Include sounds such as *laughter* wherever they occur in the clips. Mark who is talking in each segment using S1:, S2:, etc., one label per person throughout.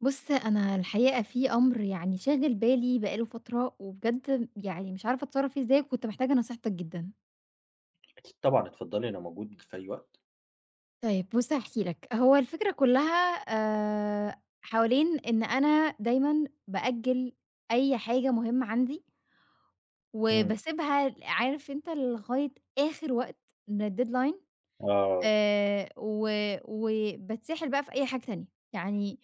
S1: بُص، أنا الحقيقة في أمر يعني شاغل بالي بقى له فترة، وبجد يعني مش عارفة أتصرّف فيه إزاي، وكنت محتاجة نصيحتك جدًا.
S2: أكيد طبعًا، اتفضلي أنا موجود في أي وقت.
S1: طيب بُص هاحكي لك، هو الفكرة كلّها حوالين إن أنا دايمًا بأجّل أي حاجة مهمة عندي،
S2: إمم،
S1: وباسيبها عارف أنت لغاية آخر وقت من الdeadline
S2: آه،
S1: و وباتسحل بقى في أي حاجة تانية، يعني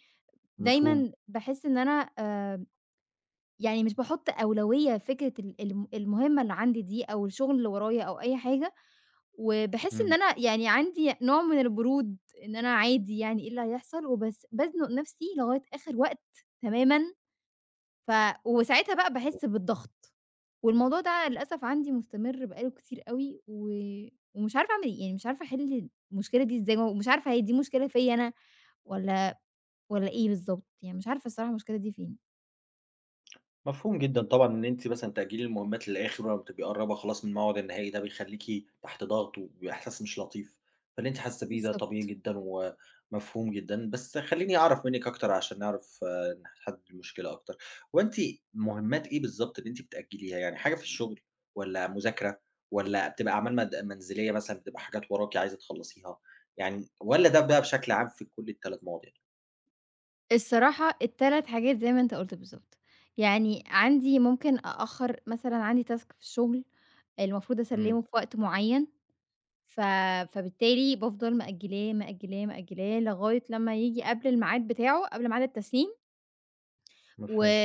S2: مفهوم،
S1: دايمًا باحس إن أنا آآ يعني مش باحُط أولوية فكرة ال الم المهمة اللي عندي دي أو الشغل اللي ورايا أو أي حاجة، وباحس إن
S2: إمم.
S1: أنا يعني عندي نوع من البرود، إن أنا عادي يعني إيه اللي هيحصل وبس بازنُق نَفْسي لغاية آخر وقت تمامًا، ف وساعتها بقى باحس بالضغط، والموضوع ده للأسف عندي مستمر بقى له كتير أوي ومش عارفة أعمل إيه، يعني مش عارفة أحِل المشكلة دي إزاي ومش عارفة هي دي مشكلة فيّا أنا والّا والّا إيه بالضبط، يعني مش عارفة الصراحة المشكلة دي فين؟
S2: مفهوم جدًا طبعًا إن أنتِ مثلًا تأجيلي المهمات للآخر ولمّا بتبقي قرّبة خلاص من الموعد النهائي ده بيخلّيكِ تحت ضغط وبإحساس مش لطيف، فاللي أنتِ حاسة بيه ده طبيعي
S1: بالضبط.
S2: جدًا ومفهوم جدًا، بس خلّيني أعرف منِّك أكتر عشان نعرف نحدد المشكلة أكتر، هو أنتِ مهمات إيه بالضبط اللي أنتِ بتأجليها، يعني حاجة في الشغل والّا مذاكرة والّا بتبقى أعمال مد منزلية مثلًا بتبقى حاجات وراكِ عايزة تخلّصيها، يعني والّا ده بقى بشكل عام في كل ال3 مواضيع؟
S1: الصراحة ال3 حاجات زي ما أنت قُلت بالضبط، يعني عندي ممكن أأخّر مثلًا عندي task في الشغل المفروض
S2: إمم،
S1: أسلِّمه في وقت معيّن، ف فبالتالي بافضل مأجّلاه، مأجّلاه، مأجّلاه لغاية لمّا ييجي قبل الميعاد بتاعه، قبل ميعاد التسليم و
S2: مفهوم.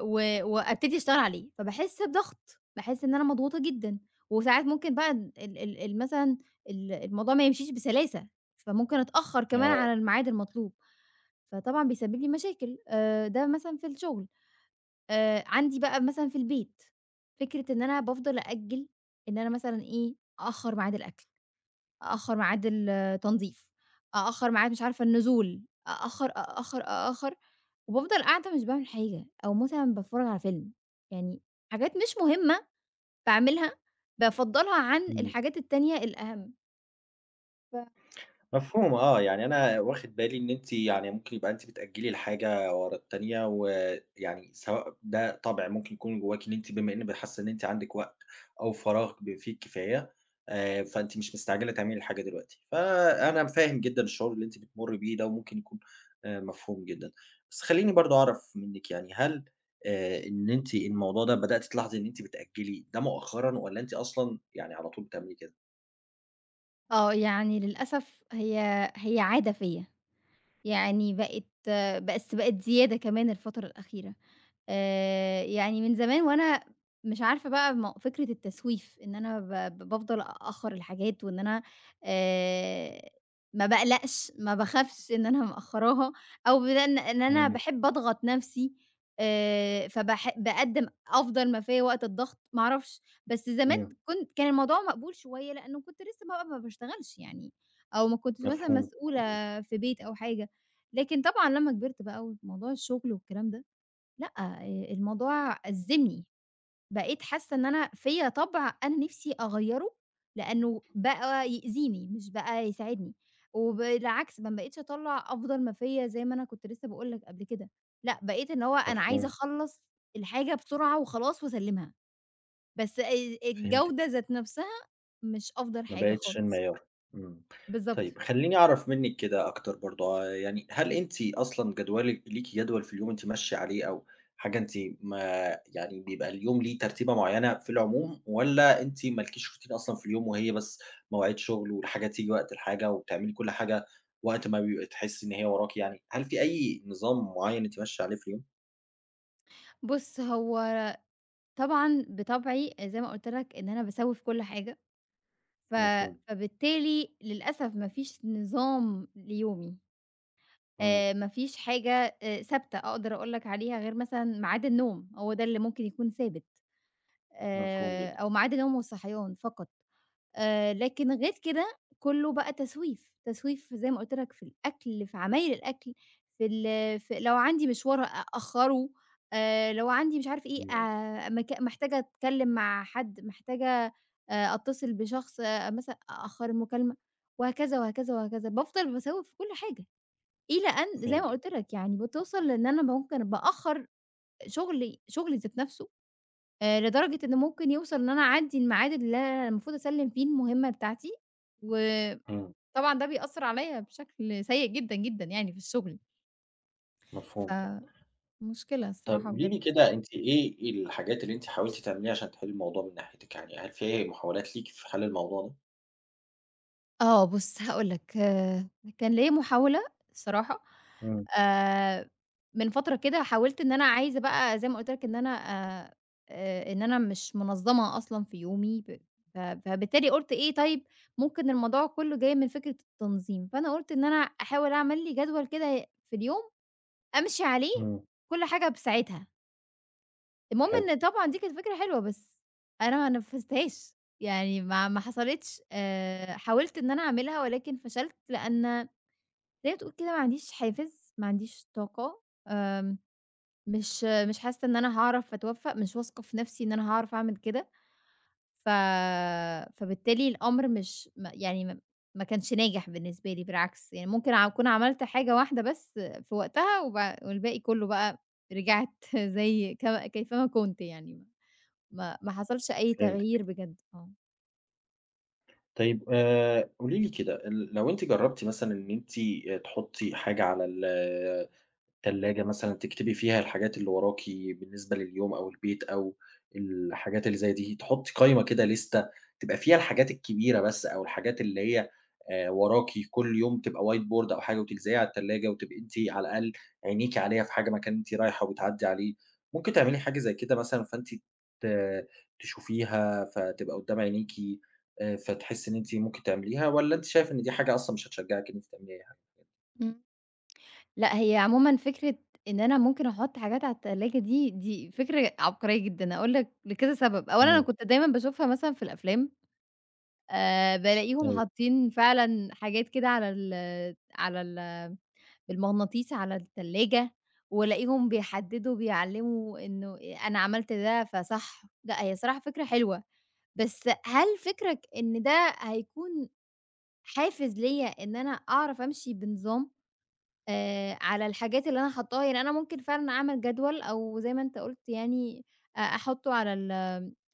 S1: و وأبتدي أشتغل عليه، فباحس بضغط، باحس إن أنا مضغوطة جدًا، وساعات ممكن بقى ال ال ال مثلًا الموضوع ما يمشيش بسلاسة، فممكن أتأخّر كمان
S2: آه،
S1: على الميعاد المطلوب، فطبعًا بيسبب لي مشاكل ده مثلًا في الشغل. عندي بقى مثلًا في البيت، فكرة إن أنا بافضل أأجّل إن أنا مثلًا إيه، أأخّر ميعاد الأكل، أأخّر ميعاد التنضيف، أأخّر ميعاد مش عارفة النزول، أأخّر، أأخّر، أأخّر، وبافضل قاعدة مش باعمل حاجة، أو مثلًا باتفرّج على فيلم، يعني حاجات مش مهمة باعملها، بافضّلها عن
S2: إمم.
S1: الحاجات التانية الأهم. ف
S2: مفهوم آه، يعني أنا واخد بالي إن أنتِ يعني ممكن يبقى أنتِ بتأجّلي الحاجة ورا التانية، ويعني سواء ده طبع ممكن يكون جواكِ إن أنتِ بما إن حاسة إن أنتِ عندِك وقت أو فراغ فيه الكفاية، فأنتِ مش مستعجلة تعملي الحاجة دلوقتي، فأنا فاهم جدًا الشعور اللي أنتِ بتمُرّي بيه ده وممكن يكون مفهوم جدًا. بس خلّيني برضه أعرف منِّك يعني هل إن أنتِ الموضوع ده بدأتِ تلاحظي إن أنتِ بتأجّلي ده مؤخرًا والّا أنتِ أصلًا يعني على طول بتعملي كده؟
S1: آه، يعني للأسف هي عادة فيّا، يعني بقت بس بقت زيادة كمان الفترة الأخيرة. يعني من زمان وأنا مش عارفة بقى فكرة التسويف، إن أنا ب ب بافضل أأخّر الحاجات وإن أنا آآ ما باقلقش، ما باخافش إن أنا مأخّراها أو إن أنا
S2: إمم،
S1: باحب أضغط نَفْسي. فباح باقدّم أفضل ما فيّا وقت الضغط، ما أعرفش، بس زمان
S2: إمم،
S1: كان الموضوع مقبول شوية لإنه كنت لسّه بقى ما باشتغلش يعني أو ما كنتش مثلًا
S2: مفهوم.
S1: مسؤولة في بيت أو حاجة، لكن طبعًا لمّا كبرت بقى وموضوع الشغل والكلام ده لأ، الموضوع أزّمني، بقيت حاسة إن أنا فيّا طَبْع أنا نِفْسي أغيّره، لإنه بقى يأذيني مش بقى يساعدني، وبالعكس ما بقيتش أطلّع أفضل ما فيّا زي ما أنا كنت لسه باقول لك قبل كده، لأ بقيت اللي هو أنا عايزة
S2: مفهوم،
S1: أخلّص الحاجة بسرعة وخلاص وأسلِّمها، بس الجودة
S2: فهمتِك،
S1: ذات نَفْسها مش أفضل
S2: ما
S1: حاجة
S2: بقيتش
S1: خالص.
S2: المعيار، إمم،
S1: بالضبط.
S2: طيب خلّيني أعرف منِّك كده أكتر برضه، يعني هل أنتِ أصلًا جدولِك ليكِ جدول في اليوم أنتِ ماشية عليه أو حاجة أنتِ ما يعني بيبقى اليوم ليه ترتيبة معيّنة في العموم، والّا أنتِ ما لكيش routine أصلًا في اليوم وهي بس مواعيد شغل والحاجة تيجي وقت الحاجة، وبتعملي كل حاجة وقت ما بيبقى تحسّي إن هي وراكِ يعني، هل في أي نظام معيّن أنتِ ماشية عليه في اليوم؟
S1: بُص، هو طبعًا بطبعي زي ما قُلت لك إن أنا باسوّف كل حاجة. ف
S2: مفهوم،
S1: فبالتالي للأسف ما فيش نظام ليومي،
S2: إمم،
S1: ما فيش حاجة ثابتة أقدر أقول لك عليها غير مثلًا ميعاد النوم، هو ده اللي ممكن يكون ثابت،
S2: مفهوم جدًا،
S1: أو ميعاد النوم والصحيان فقط. لكن غير كده كُلّه بقى تسويف، تسويف زي ما قُلت لك في الأكل، في عمايل الأكل، في لو عندي مشوار أأخّره، لو عندي مش عارف إيه،
S2: إمم،
S1: مك محتاجة أتكلّم مع حد، محتاجة أتصل بشخص مثلًا أأخّر المكالمة، وهكذا، وهكذا، وهكذا، بافضل باسوّف في كل حاجة، إلى أن زي ما
S2: فهمتِك،
S1: قُلت لك يعني بتوصل لإن أنا ممكن بأخّر شغلي ذات نَفْسه لدرجة إن ممكن يوصل إن أنا أعدّي الميعاد اللي أنا المفروض أسلِّم فيه المهمة بتاعتي، وطبعًا
S2: إمم،
S1: ده بيأثّر عليّا بشكل سيء جدًا، جدًا يعني في الشغل،
S2: مفهوم.
S1: فمشكلة
S2: طيب
S1: الصراحة
S2: قولي
S1: بجد.
S2: لي كده أنتِ إيه الحاجات اللي أنتِ حاولتِ تعمليها عشان تحلّي الموضوع من ناحيتِك، يعني هل في اي محاولات ليكِ في حل الموضوع ده؟
S1: آه، بُص هاقول لك، كان ليّا محاولة الصراحة،
S2: إمم،
S1: آآ، من فترة كده حاولت إن أنا عايزة بقى زي ما قُلت لك إن أنا إن أنا مش منظمة أصلًا في يومي، ف فبالتالي قُلت إيه طيب ممكن الموضوع كله جاي من فكرة التنظيم، فأنا قُلت إن أنا أحاول أعمل لي جدول كده في اليوم أمشي عليه
S2: إمم،
S1: كل حاجة بساعتها. المهم
S2: حلو.
S1: إن طبعًا دي كانت فكرة حلوة، بس أنا ما نفّذتهاش، يعني ما حصلتش، حاولت إن أنا أعملها ولكن فشلت، لأن زي ما تقول كده ما عنديش حافز، ما عنديش طاقة، آمم، مش مش حاسة إن أنا هاعرف أتوفّق، مش واثقة في نفسي إن أنا هاعرف أعمل كده، ف فبالتالي الأمر مش يعني ما كانش ناجح بالنسبة لي بالعكس، يعني ممكن أكون عملت حاجة واحدة بس في وقتها والباقي كلّه بقى رجعت *laughs* زي كيفما كنت يعني. ما حصلش أي تغيير
S2: فهمتِك.
S1: بجد، آه.
S2: طيب قولي لي كده لو أنتِ جرّبتِ مثلًا إن أنتِ تحطّي حاجة على تلاجة مثلًا تكتبي فيها الحاجات اللي وراكِ بالنسبة لليوم أو البيت أو الحاجات اللي زي دي، تحطّي قايمة كده ليستة تبقى فيها الحاجات الكبيرة بس أو الحاجات اللي هي وراكِ كل يوم تبقى white board أو حاجة وتلزقيها على التلاجة وتبقي أنتِ على الأقل عينيكِ عليها في حاجة مكان أنتِ رايحة وبتعدّي عليه، ممكن تعملي حاجة زي كده مثلًا فأنتِ ت تشوفيها فتبقى قدّام عينيكِ فتحسّي إن أنتِ ممكن تعمليها والّا أنتِ شايفة إن دي حاجة أصلًا مش هتشجّعِك إن أنتِ تعملي أي حاجة؟
S1: إمم. لأ هي عمومًا فكرة إن أنا ممكن أحُط حاجات على التلاجة دي، دي فكرة عبقرية جدًا، هاقول لك لكذا سبب، أولًا أنا
S2: إمم،
S1: كنت دايمًا باشوفها مثلًا في الأفلام، بالاقيهم
S2: أيوه،
S1: حاطين فعلًا حاجات كده على ال على ال بالمغناطيس على التلاجة، والاقيهم بيحدّدوا وبيعلّموا إنه أنا عملت ده فصح، لأ هي الصراحة فكرة حلوة، بس هل فكرك إن ده هيكون حافز ليّا إن أنا أعرف أمشي بنظام على الحاجات اللي أنا حاطاها، يعني أنا ممكن فعلًا أعمل جدول أو زي ما أنت قُلت يعني أحطه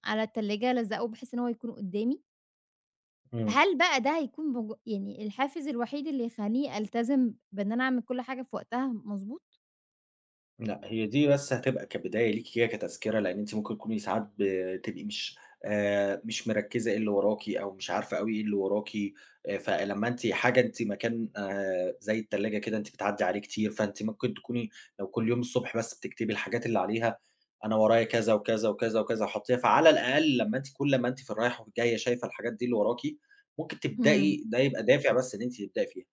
S1: على التلاجة ألزقه بحيث إن هو يكون قدّامي،
S2: إمم.
S1: هل بقى ده هيكون يعني الحافز الوحيد اللي يخلّيني ألتزم بإن أنا أعمل كل حاجة في وقتها مضبوط؟
S2: لأ، هي دي بس هتبقى كبداية ليكِ كده كتذكرة، لإن أنتِ ممكن تكوني ساعات بتبقي مش مركّزة إيه اللي وراكِ أو مش عارفة أوي إيه اللي وراكِ، فلمّا أنتِ حاجة أنتِ مكان زي التلاجة كده أنتِ بتعدّي عليه كتير، فأنتِ ممكن تكوني لو كل يوم الصبح بس بتكتبي الحاجات اللي عليها، أنا ورايا كذا، وكذا، وكذا، وكذا وحاطّيها، فعلى الأقل لمّا أنتِ كل ما أنتِ في الرايحة والجاية شايفة الحاجات دي اللي وراكِ، ممكن
S1: إمم،
S2: تبدئي ده يبقى دافع بس إن أنتِ تبدئي فيها.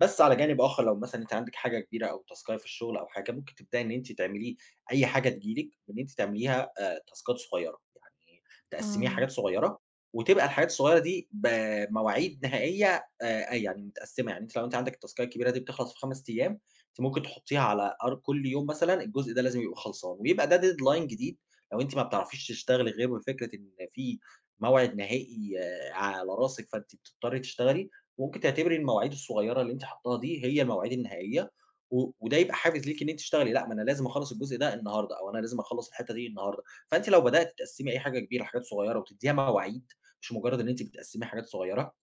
S2: بس على جانب آخر لو مثلًا أنتِ عندِك حاجة كبيرة أو تاسكاية في الشغل أو حاجة، ممكن تبدئي إن أنتِ تعمليه أي حاجة تيجي لِك، إن أنتِ تعمليها تاسكات صغيرة، يعني تقسّميها
S1: آه،
S2: حاجات صغيرة، وتبقى الحاجات الصغيرة دي بمواعيد نهائية يعني متقسّمة، يعني أنتِ لو أنتِ عندِك التاسكاية الكبيرة دي بتخلص في 5 أيام، أنتِ ممكن تحطيها على أر كل يوم مثلًا الجزء ده لازم يبقى خلصان، ويبقى ده deadline جديد لو أنتِ ما بتعرفيش تشتغلي غير بفكرة إن في موعد نهائي آه، على راسِك، فأنتِ بتضطري تشتغلي، وممكن تعتبري المواعيد الصغيرة اللي أنتِ حاطاها دي هي المواعيد النهائية، وده يبقى حافز ليكِ إن أنتِ تشتغلي، لأ ما أنا لازم أخلّص الجزء ده النهارده، أو أنا لازم أخلّص الحتة دي النهارده، فأنتِ لو بدأتِ تقسّمي أي حاجة كبيرة لحاجات صغيرة وتدّيها مواعيد، مش مجرد إن أنتِ بتقسّمي حاجات صغيرة،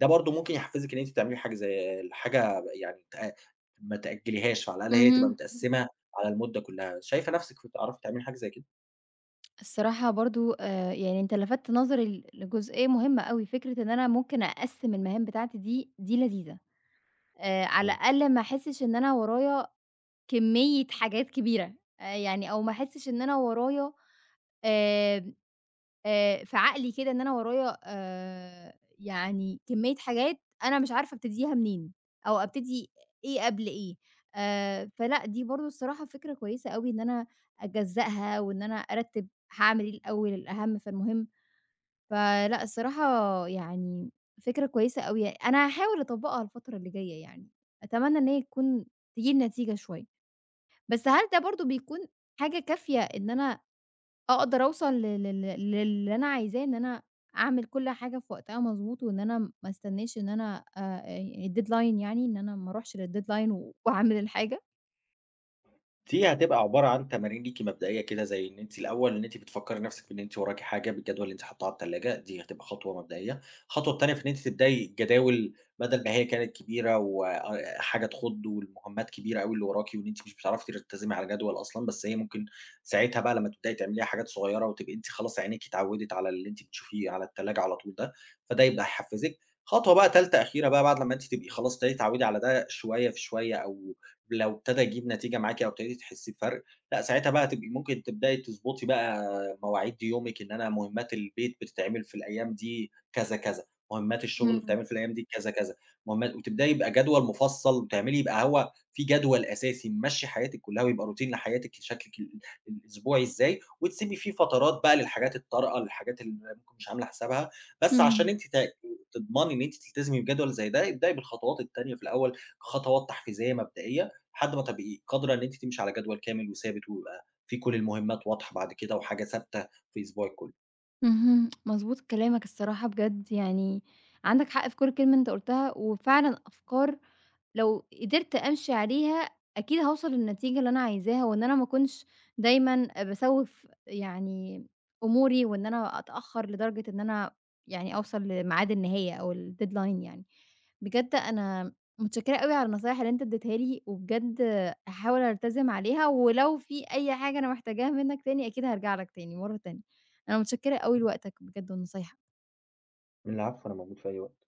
S2: ده برضه ممكن يحفزِك إن أنتِ تعملي حاجة زي الحاجة يعني ما تأجليهاش، فعلى الأقل هي
S1: اهم،
S2: تبقى متقسّمة على المدة كلها، شايفة نفسِك ف تعرفي تعملي حاجة زي كده؟
S1: الصراحة برضه، يعني أنت لفتت نظري لجزئية مهمة أوي، فكرة إن أنا ممكن أقسّم المهام بتاعتي دي، دي لذيذة. على
S2: إمم.
S1: الأقل ما أحسّش إن أنا ورايا كمية حاجات كبيرة، يعني أو ما أحسّش إن أنا ورايا آمم في عقلي كده إن أنا ورايا يعني كمية حاجات أنا مش عارفة أبتديها منين، أو أبتدي إيه قبل إيه، فلأ دي برضه الصراحة فكرة كويسة أوي إن أنا أجزّأها وإن أنا أرتّب هاعمل إيه الأول، الأهم فالمهم. فلأ الصراحة يعني فكرة كويسة أوي يعني، أنا هاحاول أطبّقها الفترة اللي جاية يعني، أتمنى إن هي تكون تجيب نتيجة شوية، بس هل ده برضه بيكون حاجة كافية إن أنا أقدر أوصل لل لل للي أنا عايزاه، إن أنا أعمل كل حاجة في وقتها مضبوط، وإن أنا ما استناش إن أنا يعني الdeadline يعني، إن أنا ما أروحش للdeadline وأعمل الحاجة؟
S2: دي هتبقى عبارة عن تمارين ليكِ مبدئية كده، زي إن أنتِ الأول إن أنتِ بتفكّري نفسِك في إن أنتِ وراكِ حاجة بالجدول اللي أنتِ حاطاه على التلاجة، دي هتبقى خطوة مبدئية. الخطوة التانية في إن أنتِ تبدئي الجداول بدل ما هي كانت كبيرة وآآ حاجة تخُض والمهمات كبيرة أوي اللي وراكِ وإن أنتِ مش بتعرفي تلتزمي على جدول أصلًا، بس هي ممكن ساعتها بقى لمّا تبدئي تعمليها حاجات صغيرة وتبقي أنتِ خلاص عينيكِ اتعوّدت على اللي أنتِ بتشوفيه على التلاجة على طول ده، فده يبدأ يحفّزِك. خطوة بقى تالتة أخيرة بقى بعد لمّا أنتِ تبقي خلاص ابتديتِ تتعوّدي على ده شوية في شوية أو لو ابتدى يجيب نتيجة معاكِ أو ابتديتِ تحسّي بفرق، لأ ساعتها بقى هتبقي ممكن تبدئي تضبطي بقى مواعيد يومِك، إن أنا مهمات البيت بتتعمل في الأيام دي كذا، كذا، مهمات الشغل
S1: إمم،
S2: بتتعمل في الأيام دي كذا، كذا، مهمات وتبدئي يبقى جدول مفصّل وتعملي يبقى هو في جدول أساسي ممشّي حياتِك كلّها ويبقى روتين لحياتِك شكلِك الأسبوعي إزاي، وتسيبي فيه فترات بقى للحاجات الطارئة، للحاجات اللي ممكن مش عاملة حسابها، بس عشان
S1: اهم،
S2: أنتِ تضمني إن أنتِ تلتزمي بجدول زي ده، ابدئي بالخطوات التانية في الأول، خطوات تحفيزية مبدئية لحد ما تبقي قادرة إن أنتِ تمشي على جدول كامل وثابت، ويبقى فيه كل المهمات واضحة بعد كده وحاجة ثابتة في أسبوعِك كله.
S1: اهم، مضبوط كلامك الصراحة بجد يعني عندك حق في كل كلمة أنت قُلتها، وفعلًا أفكار لو قدرت أمشي عليها أكيد هاوصل للنتيجة اللي أنا عايزاها، وإن أنا ما أكونش دايمًا باسوّف يعني أموري، وإن أنا أتأخّر لدرجة إن أنا يعني أوصل لميعاد النهاية أو الdeadline يعني. بجد أنا متشكرة أوي على النصايح اللي أنت ادّيتها لي، وبجد هاحاول ألتزم عليها، ولو في أي حاجة أنا محتاجاها منّك تاني أكيد هارجع لك تاني مرّة تانية. أنا متشكرة أوي لوقتك بجد ونصايحك.
S2: العفو، أنا موجود في أي وقت.